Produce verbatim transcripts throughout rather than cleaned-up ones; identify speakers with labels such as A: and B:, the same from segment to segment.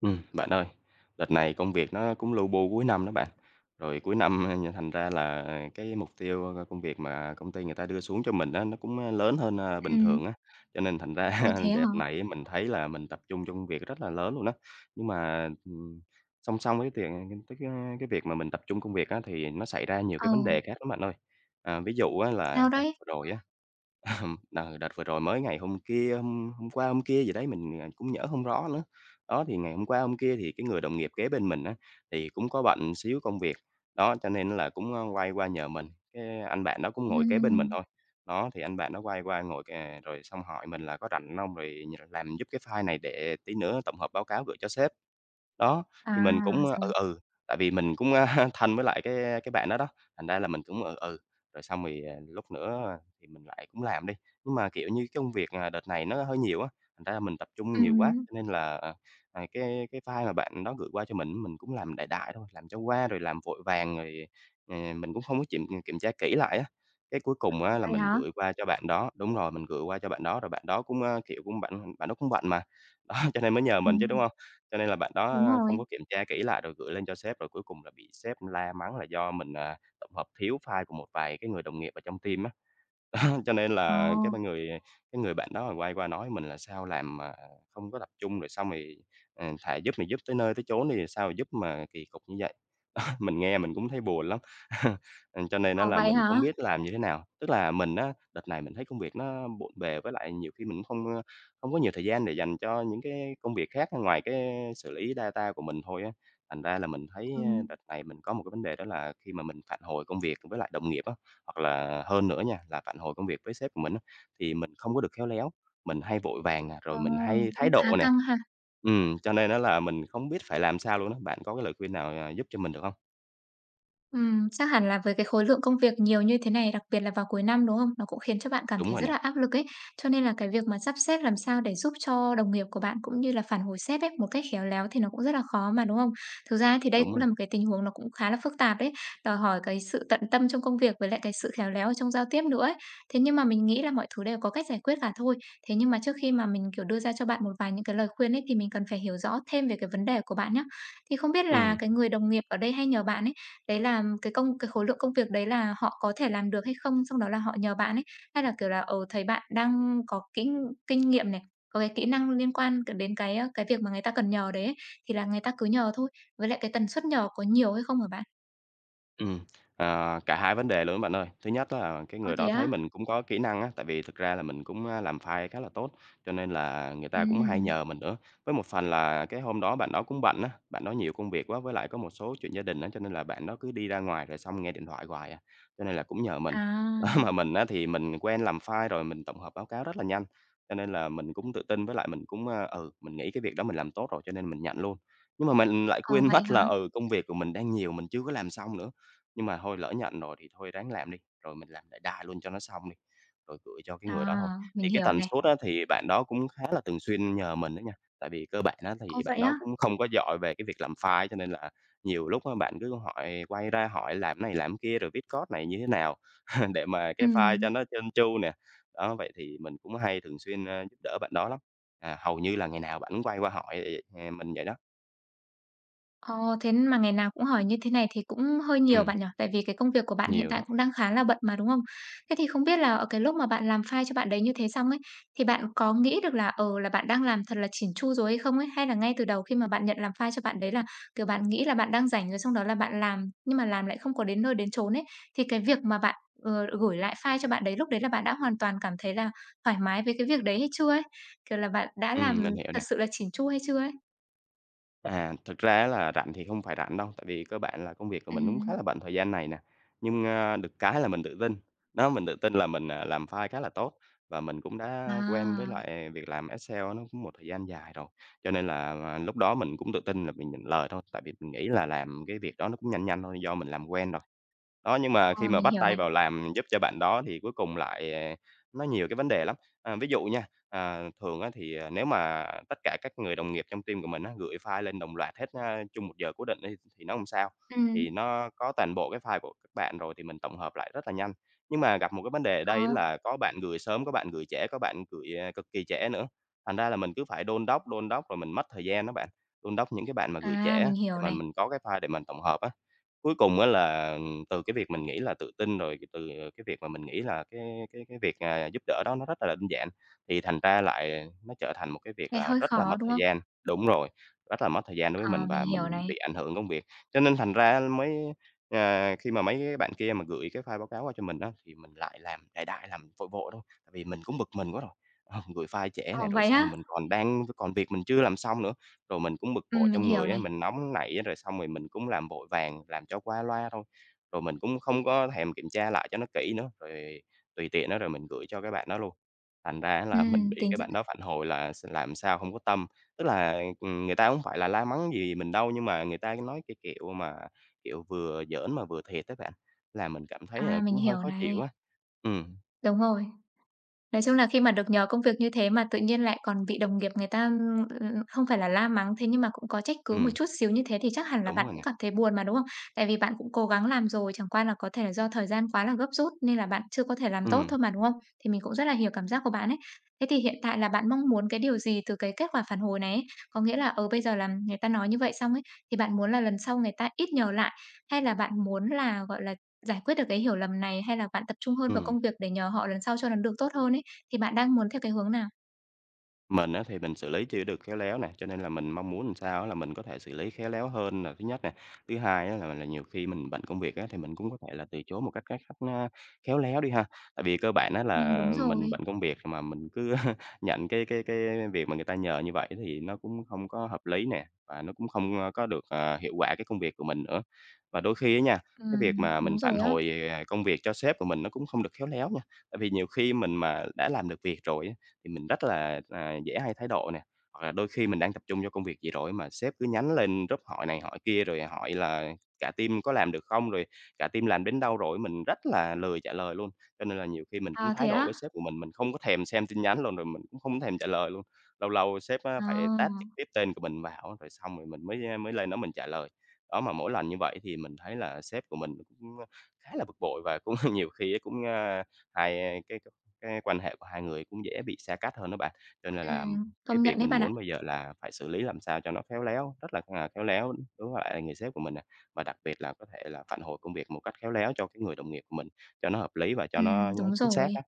A: Ừm, bạn ơi, đợt này công việc nó cũng lu bu cuối năm đó bạn. Rồi cuối năm, a, nh thành ra là cái mục tiêu, ơ, công việc mà công ty người ta đưa xuống cho mình á, nó cũng, a, lớn hơn, a, bình
B: Ừm,
A: thường á. Cho nên thành ra
B: ồ, thế hả?
A: đợt này mình thấy là mình tập trung cho công việc rất là lớn luôn đó. Nhưng mà, ừm, song song với tiền tới cái cái việc mà mình tập trung công việc á, thì nó xảy ra nhiều
B: Ờ,
A: cái vấn đề khác lắm bạn ơi. À, ví dụ á
B: sao
A: là đợt
B: đấy?
A: vừa rồi á, ờ, đợt vừa rồi mới ngày hôm kia, hôm hôm qua hôm kia gì đấy, mình, à, cũng nhớ không rõ nữa. Đó, thì ngày hôm qua hôm kia thì cái người đồng nghiệp kế bên mình á, thì cũng có bận xíu công việc. Đó, cho nên là cũng, ơ, quay qua nhờ mình, cái anh bạn đó cũng ngồi kế bên mình
B: Ừm,
A: thôi. Đó, thì anh bạn nó quay qua ngồi, à, rồi xong hỏi mình là "Có rảnh không? Rồi nh làm giúp cái file này để tí nữa tổng hợp báo cáo gửi cho sếp." Đó,
B: à,
A: thì mình cũng, ờ,
B: rồi,
A: ừ, ừ, tại vì mình cũng thân với lại cái cái bạn đó đó, thành ra là mình cũng ừ, ừ, rồi xong rồi, à, lúc nữa thì mình lại cũng làm đi. Nhưng mà, kiểu như, cái công việc, à, đợt này nó hơi nhiều á, thành ra là mình tập trung nhiều quá,
B: ừm,
A: cho nên là, ờ, ờ, cái cái file mà bạn đó gửi qua cho mình mình cũng làm đại đại thôi, làm cho qua rồi làm vội vàng rồi, ờ, mình cũng không có kiểm kiểm tra kỹ lại á. Cái cuối cùng
B: ờ,
A: á là
B: vậy
A: mình
B: hả?
A: gửi qua cho bạn đó, đúng rồi, mình gửi qua cho bạn đó, rồi bạn đó cũng, ơ, kiểu, cũng bạn bạn đó cũng bận mà. Đó, cho nên mới nhờ mình chứ, đúng
B: Ừm,
A: không? Cho nên là bạn
B: đúng
A: đó
B: rồi.
A: không có kiểm tra kỹ lại rồi gửi lên cho sếp, rồi cuối cùng là bị sếp la mắng là do mình, à, tổng hợp thiếu file của một vài cái người đồng nghiệp ở trong team á. Cho nên là cái
B: Ồ,
A: ba người cái người bạn đó quay qua nói mình là "Sao làm mà không có tập trung, rồi xong rồi, ờ, thà giúp thì giúp tới nơi tới chốn, thì sao giúp mà kỳ cục như vậy?" Mình nghe mình cũng thấy buồn lắm. Ờ, cho nên nó
B: ồ,
A: là
B: vậy
A: mình
B: hả?
A: không biết làm như thế nào. Tức là mình á, đợt này mình thấy công việc nó bộn bề, với lại nhiều khi mình không, ơ, không có nhiều thời gian để dành cho những cái công việc khác ngoài cái xử lý data của mình thôi á. Thành ra là mình thấy,
B: Ừm,
A: a, đợt này mình có một cái vấn đề, đó là khi mà mình phản hồi công việc với lại đồng nghiệp á, hoặc là hơn nữa nha, là phản hồi công việc với sếp của mình á, thì mình không có được khéo léo, mình hay vội vàng nè,
B: ờ,
A: rồi mình hay
B: cũng
A: thái
B: khá
A: độ nè,
B: căng ha.
A: ừm, cho nên á là mình không biết phải làm sao luôn á. Bạn có cái lời khuyên nào, à, giúp cho mình được không?
B: Ừm, chắc hẳn là với cái khối lượng công việc nhiều như thế này, đặc biệt là vào cuối năm, đúng không? Nó cũng khiến cho bạn cảm
A: Đúng
B: thấy
A: rồi
B: rất
A: nè,
B: là áp lực ấy. Cho nên là cái việc mà sắp xếp làm sao để giúp cho đồng nghiệp của bạn cũng như là phản hồi sếp ấy, một cách khéo léo thì nó cũng rất là khó mà, đúng không? Thực ra thì đây
A: đúng
B: cũng
A: rồi
B: là
A: nè.
B: một cái tình huống nó cũng khá là phức tạp đấy, đòi hỏi cái sự tận tâm trong công việc với lại cái sự khéo léo trong giao tiếp nữa ấy. Thế nhưng mà mình nghĩ là mọi thứ đều có cách giải quyết cả thôi. Thế nhưng mà trước khi mà mình, kiểu, đưa ra cho bạn một vài những cái lời khuyên ấy, thì mình cần phải hiểu rõ thêm về cái vấn đề của bạn nhá. Thì không biết là
A: Ừm.
B: cái người đồng nghiệp ở đây hay nhờ bạn ấy, đấy là cái công cái khối lượng công việc đấy là họ có thể làm được hay không? Xong đó là họ nhờ bạn ấy, hay là, kiểu là, ờ, thấy bạn đang có kỹ kinh nghiệm này, có cái kỹ năng liên quan c đến cái, a, cái việc mà người ta cần nhờ đấy ấy, thì là người ta cứ nhờ thôi, với lại cái tần suất nhờ có nhiều hay không hả bạn?
A: Ừm, ờ, cả hai vấn đề luôn bạn ơi. Thứ nhất là cái
B: Ơ,
A: người
B: thế
A: đó thấy
B: á?
A: mình cũng có kỹ năng á, tại vì thực ra là mình cũng, a, làm file khá là tốt, cho nên là người ta cũng hay
B: Ừm,
A: nhờ mình nữa. Với một phần là cái hôm đó bạn đó cũng bận á, bạn đó nhiều công việc quá, với lại có một số chuyện gia đình á, cho nên là bạn đó cứ đi ra ngoài rồi xong nghe điện thoại hoài à, cho nên là cũng nhờ mình.
B: à,
A: Đó, mà mình á thì mình quen làm file rồi, mình tổng hợp báo cáo rất là nhanh, cho nên là mình cũng tự tin, với lại mình cũng, a, ừ, mình nghĩ cái việc đó mình làm tốt rồi, cho nên mình nhận luôn. Nhưng mà mình lại
B: ờ,
A: quên
B: vậy
A: mất
B: hả?
A: là, ừ, công việc của mình đang nhiều, mình chưa có làm xong nữa. Nhưng mà thôi, lỡ nhận rồi thì thôi ráng làm đi, rồi mình làm đại đại luôn cho nó xong đi, rồi gửi cho cái người đó
B: À,
A: thôi.
B: mình
A: Thì cái
B: hiểu
A: tần
B: này.
A: suất á, thì bạn đó cũng khá là thường xuyên nhờ mình đó nha, tại vì cơ bản á,
B: Ồ,
A: thì bạn
B: vậy
A: đó
B: á?
A: cũng không có giỏi về cái việc làm file, cho nên là nhiều lúc á, bạn cứ hỏi, quay ra hỏi làm này làm kia, rồi viết code này như thế nào để mà
B: Ừ.
A: cái file cho nó trơn tru nè. Đó, vậy thì mình cũng hay thường xuyên, ơ, giúp đỡ bạn đó lắm, à, hầu như là ngày nào bạn cũng quay qua hỏi, ờ, mình vậy đó.
B: Ồ, thế mà ngày nào cũng hỏi như thế này thì cũng hơi nhiều
A: Ừm,
B: bạn nhỉ? Tại vì cái công việc của bạn hiện
A: nhiều
B: tại
A: đó.
B: cũng đang khá là bận mà, đúng không? Thế thì không biết là ở cái lúc mà bạn làm file cho bạn đấy như thế xong ấy, thì bạn có nghĩ được là, ờ, là bạn đang làm thật là chỉn chu rồi hay không ấy? Hay là ngay từ đầu khi mà bạn nhận làm file cho bạn đấy là, kiểu, bạn nghĩ là bạn đang rảnh rồi xong đó là bạn làm, nhưng mà làm lại không có đến nơi đến chốn ấy, thì cái việc mà bạn, ờ, gửi lại file cho bạn đấy, lúc đấy là bạn đã hoàn toàn cảm thấy là thoải mái với cái việc đấy hay chưa ấy? Kiểu là, bạn đã làm
A: Ừm, mình hiểu
B: thật
A: nè.
B: sự là chỉn chu hay chưa ấy?
A: À, thực ra á là rảnh thì không phải rảnh đâu, tại vì cơ bản là công việc của mình cũng khá
B: Ừm.
A: là bận thời gian này nè. Nhưng, a, được cái là mình tự tin. Đó, mình tự tin là mình, à, làm file khá là tốt, và mình cũng đã quen với
B: À.
A: lại việc làm Excel nó cũng một thời gian dài rồi. Cho nên là, à, lúc đó mình cũng tự tin là mình nhận lời thôi, tại vì mình nghĩ là làm cái việc đó nó cũng nhanh nhanh thôi, do mình làm quen rồi. Đó, nhưng mà
B: Ờ,
A: khi mà
B: mình
A: bắt
B: hiểu này.
A: tay vào làm giúp cho bạn đó thì cuối cùng lại, ờ, nó nhiều cái vấn đề lắm. À, ví dụ nha, à, thường á thì, à, nếu mà tất cả các người đồng nghiệp trong team của mình á, gửi file lên đồng loạt hết, a, chung một giờ cố định đi, thì nó không sao,
B: Ừm,
A: thì nó có toàn bộ cái file của các bạn rồi thì mình tổng hợp lại rất là nhanh. Nhưng mà gặp một cái vấn đề ở
B: ờ,
A: đây là có bạn gửi sớm, có bạn gửi trễ, có bạn gửi, à, cực kỳ trễ nữa, thành ra là mình cứ phải đôn đốc, đôn đốc rồi mình mất thời gian đó bạn, đôn đốc những cái bạn mà gửi trễ
B: à,
A: á,
B: mình
A: để
B: hiểu
A: mà
B: này,
A: mình có cái file để mình tổng hợp á. Cuối cùng á là Ừm, từ cái việc mình nghĩ là tự tin, rồi từ cái việc mà mình nghĩ là cái cái cái việc, à, giúp đỡ đó nó rất là đơn giản, thì thành ra lại nó trở thành một cái việc
B: cái
A: là
B: hơi
A: rất là
B: khó,
A: mất
B: đúng
A: thời
B: không?
A: gian. Đúng rồi, rất là mất thời gian đối với
B: Ờ,
A: mình,
B: mình
A: và mình
B: hiểu này.
A: bị ảnh hưởng công việc. Cho nên thành ra mới à, khi mà mấy cái bạn kia mà gửi cái file báo cáo qua cho mình đó, thì mình lại làm đại đại, làm vội vội thôi, tại vì mình cũng bực mình quá rồi. Ờ, gửi file trễ
B: Ờ,
A: này, rồi
B: vậy á?
A: xong mình còn đang còn việc mình chưa làm xong nữa, rồi mình cũng bực bội
B: Ừm, mình
A: trong
B: hiểu
A: người á,
B: này.
A: mình nóng nảy á, rồi xong rồi mình cũng làm vội vàng, làm cho qua loa thôi. Rồi mình cũng không có thèm kiểm tra lại cho nó kỹ nữa, rồi tùy tiện đó rồi mình gửi cho cái bạn đó luôn. Thành ra là mình
B: Ừm,
A: bị
B: tính
A: cái
B: ra
A: bạn đó phản hồi là s làm sao không có tâm, tức là, ừm, người ta hông phải là la mắng gì mình đâu, nhưng mà người ta nói cái kiểu mà, kiểu, vừa giỡn mà vừa thiệt á bạn, là mình cảm thấy,
B: à,
A: à,
B: mình
A: cũng hơi
B: hiểu
A: khó
B: này,
A: chịu á. Ừm,
B: đúng rồi. Nói chung là khi mà được nhờ công việc như thế mà tự nhiên lại còn bị đồng nghiệp người ta, ưm, ừm, không phải là la mắng thế nhưng mà cũng có trách cứ một
A: ừm,
B: chút xíu như thế thì chắc hẳn là
A: đúng
B: bạn
A: rồi
B: cũng
A: nè.
B: cảm thấy buồn mà, đúng không? Tại vì bạn cũng cố gắng làm rồi, chẳng qua là có thể là do thời gian quá là gấp rút nên là bạn chưa có thể làm tốt
A: Ừm,
B: thôi mà, đúng không? Thì mình cũng rất là hiểu cảm giác của bạn ấy. Thế thì hiện tại là bạn mong muốn cái điều gì từ cái kết quả phản hồi này ấy? Có nghĩa là, ở bây giờ là người ta nói như vậy xong ấy, thì bạn muốn là lần sau người ta ít nhờ lại, hay là bạn muốn là, gọi là, giải quyết được cái hiểu lầm này, hay là bạn tập trung hơn vào
A: ừm.
B: công việc để nhờ họ lần sau cho nó được tốt hơn ấy? Thì bạn đang muốn theo cái hướng nào?
A: Mình á thì mình xử lý chưa được khéo léo nè, cho nên là mình mong muốn làm sao á là mình có thể xử lý khéo léo hơn là thứ nhất nè. Thứ hai á là là nhiều khi mình bận công việc á thì mình cũng có thể là từ chối một cách cách cách, a, khéo léo đi ha. Tại vì cơ bản á
B: Ừm,
A: là
B: đúng
A: mình
B: rồi.
A: bận công việc mà mình cứ nhận cái cái cái việc mà người ta nhờ như vậy thì nó cũng không có hợp lý nè, và nó cũng không, a, có được, à, hiệu quả cái công việc của mình nữa. Và đôi khi á nha, cái việc
B: Ừm,
A: mà mình
B: đúng rồi
A: phản
B: á.
A: hồi, à, công việc cho sếp của mình nó cũng không được khéo léo nha. Tại vì nhiều khi mình mà đã làm được việc rồi á thì mình rất là, à, dễ hay thái độ nè. Hoặc là đôi khi mình đang tập trung cho công việc gì rồi mà sếp cứ nhắn lên group hỏi này hỏi kia, rồi hỏi là cả team có làm được không, rồi cả team làm đến đâu rồi, mình rất là lười trả lời luôn. Cho nên là nhiều khi mình cũng
B: À, thế
A: thái độ
B: á?
A: với sếp của mình, mình không có thèm xem tin nhắn luôn, rồi mình cũng không thèm trả lời luôn. Lâu lâu sếp á phải tag
B: À,
A: trực tiếp tên của mình vào rồi xong rồi mình mới, mới lên đó mình trả lời. Đó, mà mỗi lần như vậy thì mình thấy là sếp của mình cũng khá là bực bội và cũng nhiều khi cũng, a, hay cái cái quan hệ của hai người cũng dễ bị xa cách hơn đó bạn. Cho nên là
B: ừm,
A: cái
B: công
A: việc
B: nhận đấy
A: mình
B: bạn ạ.
A: muốn bây giờ là phải xử lý làm sao cho nó khéo léo, rất là, à, khéo léo đối với lại người sếp của mình nè, và đặc biệt là có thể là phản hồi công việc một cách khéo léo cho cái người đồng nghiệp của mình, cho nó hợp lý và cho
B: Ừm,
A: nó nó
B: đúng
A: chính xác
B: rồi.
A: á.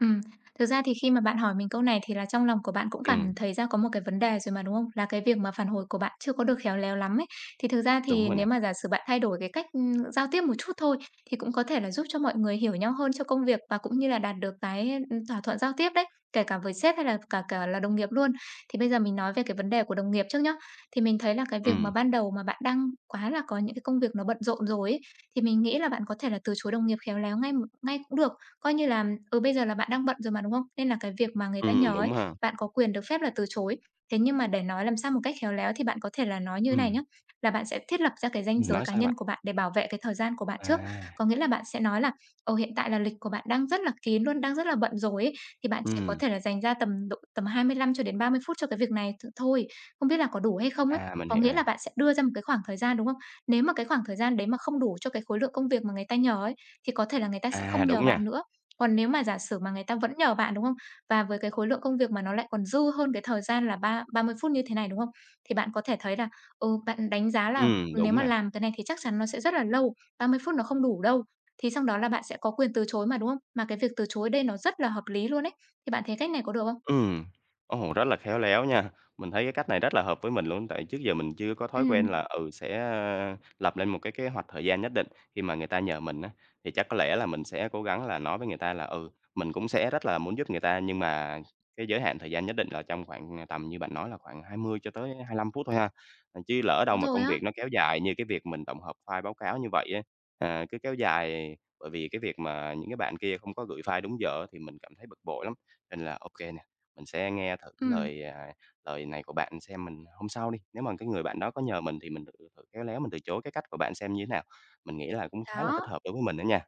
B: Ừm, thực ra thì khi mà bạn hỏi mình câu này thì là trong lòng của bạn cũng cảm
A: Ừm,
B: thấy ra có một cái vấn đề rồi mà, đúng không? Là cái việc mà phản hồi của bạn chưa có được khéo léo lắm ấy. Thì thực ra
A: đúng
B: thì
A: rồi
B: nếu
A: nè.
B: mà giả sử bạn thay đổi cái cách, ừm, giao tiếp một chút thôi thì cũng có thể là giúp cho mọi người hiểu nhau hơn cho công việc và cũng như là đạt được cái, ưm, thỏa thuận giao tiếp đấy, kể cả với sếp hay là cả cả là đồng nghiệp luôn. Thì bây giờ mình nói về cái vấn đề của đồng nghiệp trước nhá. Thì mình thấy là cái việc mà
A: Ừm,
B: ban đầu mà bạn đang quá là có những cái công việc nó bận rộn rồi ấy, thì mình nghĩ là bạn có thể là từ chối đồng nghiệp khéo léo ngay ngay cũng được. Coi như là, ừ, bây giờ là bạn đang bận rồi mà, đúng không? Nên là cái việc mà người ta
A: ừm,
B: nhờ ấy,
A: đúng ha.
B: bạn có quyền được phép là từ chối. Thế nhưng mà để nói làm sao một cách khéo léo thì bạn có thể là nói như thế này nhé,
A: Ừm,
B: là bạn sẽ thiết lập ra cái ranh
A: ừm,
B: giới
A: nói
B: cá
A: sao
B: nhân
A: bạn?
B: của bạn để bảo vệ cái thời gian của bạn trước.
A: À,
B: Có nghĩa là bạn sẽ nói là "Ồ, hiện tại là lịch của bạn đang rất là kín luôn, đang rất là bận rồi ấy, thì bạn chỉ có
A: ừm,
B: thể là dành ra tầm độ tầm hai mươi lăm cho đến ba mươi phút cho cái việc này th thôi, không biết là có đủ hay không?" ấy.
A: à, mình
B: Có
A: hiểu
B: nghĩa là
A: nè.
B: bạn sẽ đưa ra một cái khoảng thời gian, đúng không? Nếu mà cái khoảng thời gian đấy mà không đủ cho cái khối lượng công việc mà người ta nhờ ấy, thì có thể là người ta sẽ không
A: À,
B: nhờ
A: đúng nha.
B: bạn nữa. Còn nếu mà giả sử mà người ta vẫn nhờ bạn, đúng không? Và với cái khối lượng công việc mà nó lại còn dư hơn cái thời gian là ba ba mươi phút như thế này, đúng không? Thì bạn có thể thấy là, ừ, bạn đánh giá là
A: Ừm,
B: nếu
A: đúng
B: mà
A: nè.
B: làm cái này thì chắc chắn nó sẽ rất là lâu, ba mươi phút nó không đủ đâu. Thì xong đó là bạn sẽ có quyền từ chối mà, đúng không? Mà cái việc từ chối đây nó rất là hợp lý luôn ấy. Thì bạn thấy cách này có được không?
A: Ừm, ồ, rất là khéo léo nha. Mình thấy cái cách này rất là hợp với mình luôn, tại trước giờ mình chưa có thói quen là,
B: Ừm.
A: ừ, sẽ, a, lập lên một cái kế hoạch thời gian nhất định khi mà người ta nhờ mình á. Thì chắc có lẽ là mình sẽ cố gắng là nói với người ta là, ừ, mình cũng sẽ rất là muốn giúp người ta, nhưng mà cái giới hạn thời gian nhất định là trong khoảng, à, tầm như bạn nói là khoảng hai mươi cho tới hai mươi lăm phút thôi ha. À, chứ lỡ đâu
B: Đúng
A: mà
B: rồi
A: công
B: á.
A: việc nó kéo dài như cái việc mình tổng hợp file báo cáo như vậy á, à, cứ kéo dài bởi vì cái việc mà những cái bạn kia không có gửi file đúng giờ thì mình cảm thấy bực bội lắm. Nên là ok nè, mình sẽ nghe thử cái
B: Ừm,
A: lời, à, lời này của bạn xem mình hôm sau đi, nếu mà cái người bạn đó có nhờ mình thì mình thử thử khéo léo mình từ chối cái cách của bạn xem như thế nào. Mình nghĩ là cũng khá là thích
B: đó.
A: hợp đối với mình đó nha.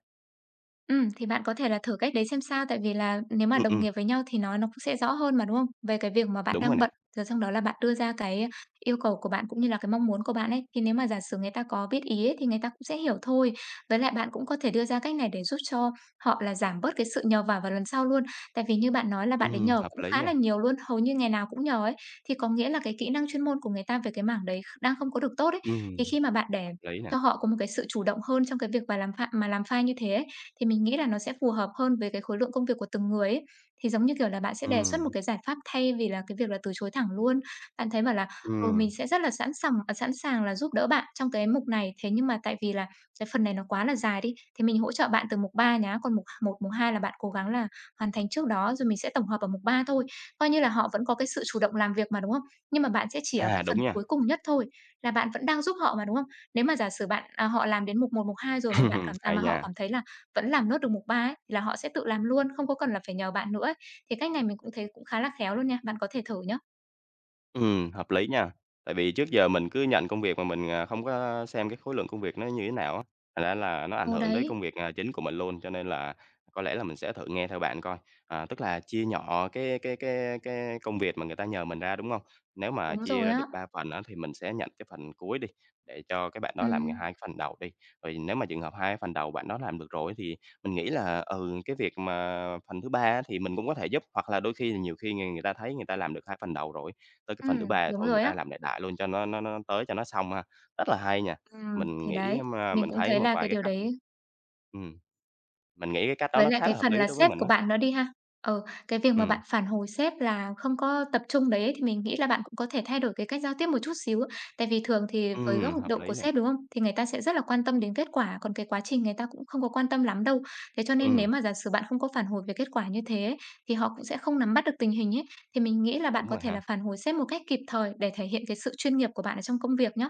B: Ừ thì bạn có thể là thử cách đấy xem sao, tại vì là nếu mà
A: Ừm,
B: đồng
A: ừm,
B: nghiệp với nhau thì nói nó cũng sẽ rõ hơn mà, đúng không? Về cái việc mà bạn
A: đúng rồi
B: đang
A: nè.
B: bận, rồi xong đó là bạn đưa ra cái yêu cầu của bạn cũng như là cái mong muốn của bạn ấy, thì nếu mà giả sử người ta có biết ý ấy, thì người ta cũng sẽ hiểu thôi. Với lại bạn cũng có thể đưa ra cách này để giúp cho họ là giảm bớt cái sự nhờ vả vào lần sau luôn. Tại vì như bạn nói là bạn đến
A: Ừm,
B: nhờ
A: hợp
B: cũng
A: lý
B: khá là
A: nha.
B: nhiều luôn, hầu như ngày nào cũng nhờ ấy, thì có nghĩa là cái kỹ năng chuyên môn của người ta về cái mảng đấy đang không có được tốt ấy. Thì
A: Ừm,
B: khi mà bạn để
A: hợp lý nè.
B: cho họ có một cái sự chủ động hơn trong cái việc mà làm pha mà làm file như thế ấy, thì mình nghĩ là nó sẽ phù hợp hơn với cái khối lượng công việc của từng người ấy. Thì giống như kiểu là bạn sẽ đề xuất
A: Ừm,
B: một cái giải pháp thay vì là cái việc là từ chối thẳng luôn. Bạn thấy bảo là, ừ, mình
A: ừm.
B: sẽ rất là sẵn sàng, à, sẵn sàng là giúp đỡ bạn trong cái mục này, thế nhưng mà tại vì là cái phần này nó quá là dài đi, thì mình hỗ trợ bạn từ mục ba nhá, còn mục một, mục hai là bạn cố gắng là hoàn thành trước đó rồi mình sẽ tổng hợp ở mục ba thôi. Coi như là họ vẫn có cái sự chủ động làm việc mà, đúng không? Nhưng mà bạn sẽ chỉ ở cái
A: À, đúng
B: phần
A: nha.
B: cuối cùng nhất thôi, là bạn vẫn đang giúp họ mà, đúng không? Nếu mà giả sử bạn à, họ làm đến mục một, mục hai rồi mà bạn cảm à,
A: Hay
B: mà họ
A: nha.
B: cảm thấy là vẫn làm nốt được mục ba ấy, thì là họ sẽ tự làm luôn, không có cần là phải nhờ bạn nữa ấy. Thì cách này mình cũng thấy cũng khá là khéo luôn nha, bạn có thể thử nhá.
A: Ừm, hợp lý nha. Tại vì trước giờ mình cứ nhận công việc mà mình, à, không có xem cái khối lượng công việc nó như thế nào á, thành ra là nó ảnh
B: Ừ,
A: hưởng tới
B: đấy,
A: công việc, à, chính của mình luôn. Cho nên là có lẽ là mình sẽ thử nghe theo bạn coi. À, tức là chia nhỏ cái cái cái cái công việc mà người ta nhờ mình ra, đúng không? Nếu mà
B: đúng
A: chia
B: rồi
A: ra được
B: á.
A: ba phần á thì mình sẽ nhận cái phần cuối đi, để cho cái bạn đó làm ngay
B: Ừm,
A: hai cái phần đầu đi. Rồi nếu mà trường hợp hai phần đầu bạn đó làm được rồi thì mình nghĩ là, ừ, cái việc mà phần thứ ba á thì mình cũng có thể giúp, hoặc là đôi khi là nhiều khi người người ta thấy người ta làm được hai phần đầu rồi, tới cái phần
B: ừm,
A: thứ ba
B: đúng
A: thôi người
B: rồi á.
A: ta làm đại đại luôn cho nó nó nó tới cho nó xong ha. Rất là hay nha,
B: Ừm,
A: mình
B: thì
A: nghĩ,
B: đấy,
A: mà
B: mình
A: mình
B: cũng
A: thấy
B: thấy
A: một
B: là cái
A: vài cái
B: điều
A: cách
B: đấy.
A: ừm, mình nghĩ cái cách đó
B: Với
A: nó
B: lại
A: khá
B: cái
A: là hợp
B: phần
A: lý
B: là
A: đối với
B: sếp
A: mình
B: của
A: á.
B: bạn nữa đi ha. Ừ, cái việc mà bạn
A: Ừm,
B: phản hồi sếp là không có tập trung đấy ấy, thì mình nghĩ là bạn cũng có thể thay đổi cái cách giao tiếp một chút xíu. Tại vì thường thì với góc
A: ừm, hợp
B: độ của
A: lý nè,
B: sếp, đúng không? Thì người ta sẽ rất là quan tâm đến kết quả, còn cái quá trình người ta cũng không có quan tâm lắm đâu. Thế cho nên nếu
A: ừm,
B: mà giả sử bạn không có phản hồi về kết quả như thế ấy, thì họ cũng sẽ không nắm bắt được tình hình ấy. Thì mình nghĩ là bạn
A: đúng
B: có
A: rồi
B: thể là
A: ha,
B: phản hồi sếp một cách kịp thời để thể hiện cái sự chuyên nghiệp của bạn ở trong công việc nhá.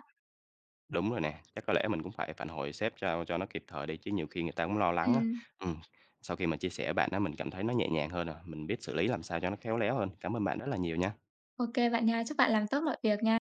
A: đúng rồi nè, chắc có lẽ mình cũng phải phản hồi sếp cho cho nó kịp thời đi chứ nhiều khi người ta cũng lo lắng á.
B: Ừm,
A: Ừm, sau khi mà chia sẻ với bạn á, mình cảm thấy nó nhẹ nhàng hơn rồi, mình biết xử lý làm sao cho nó khéo léo hơn. Cảm ơn bạn rất là nhiều nha.
B: ô bạn nha. Chúc bạn làm tốt mọi việc nha.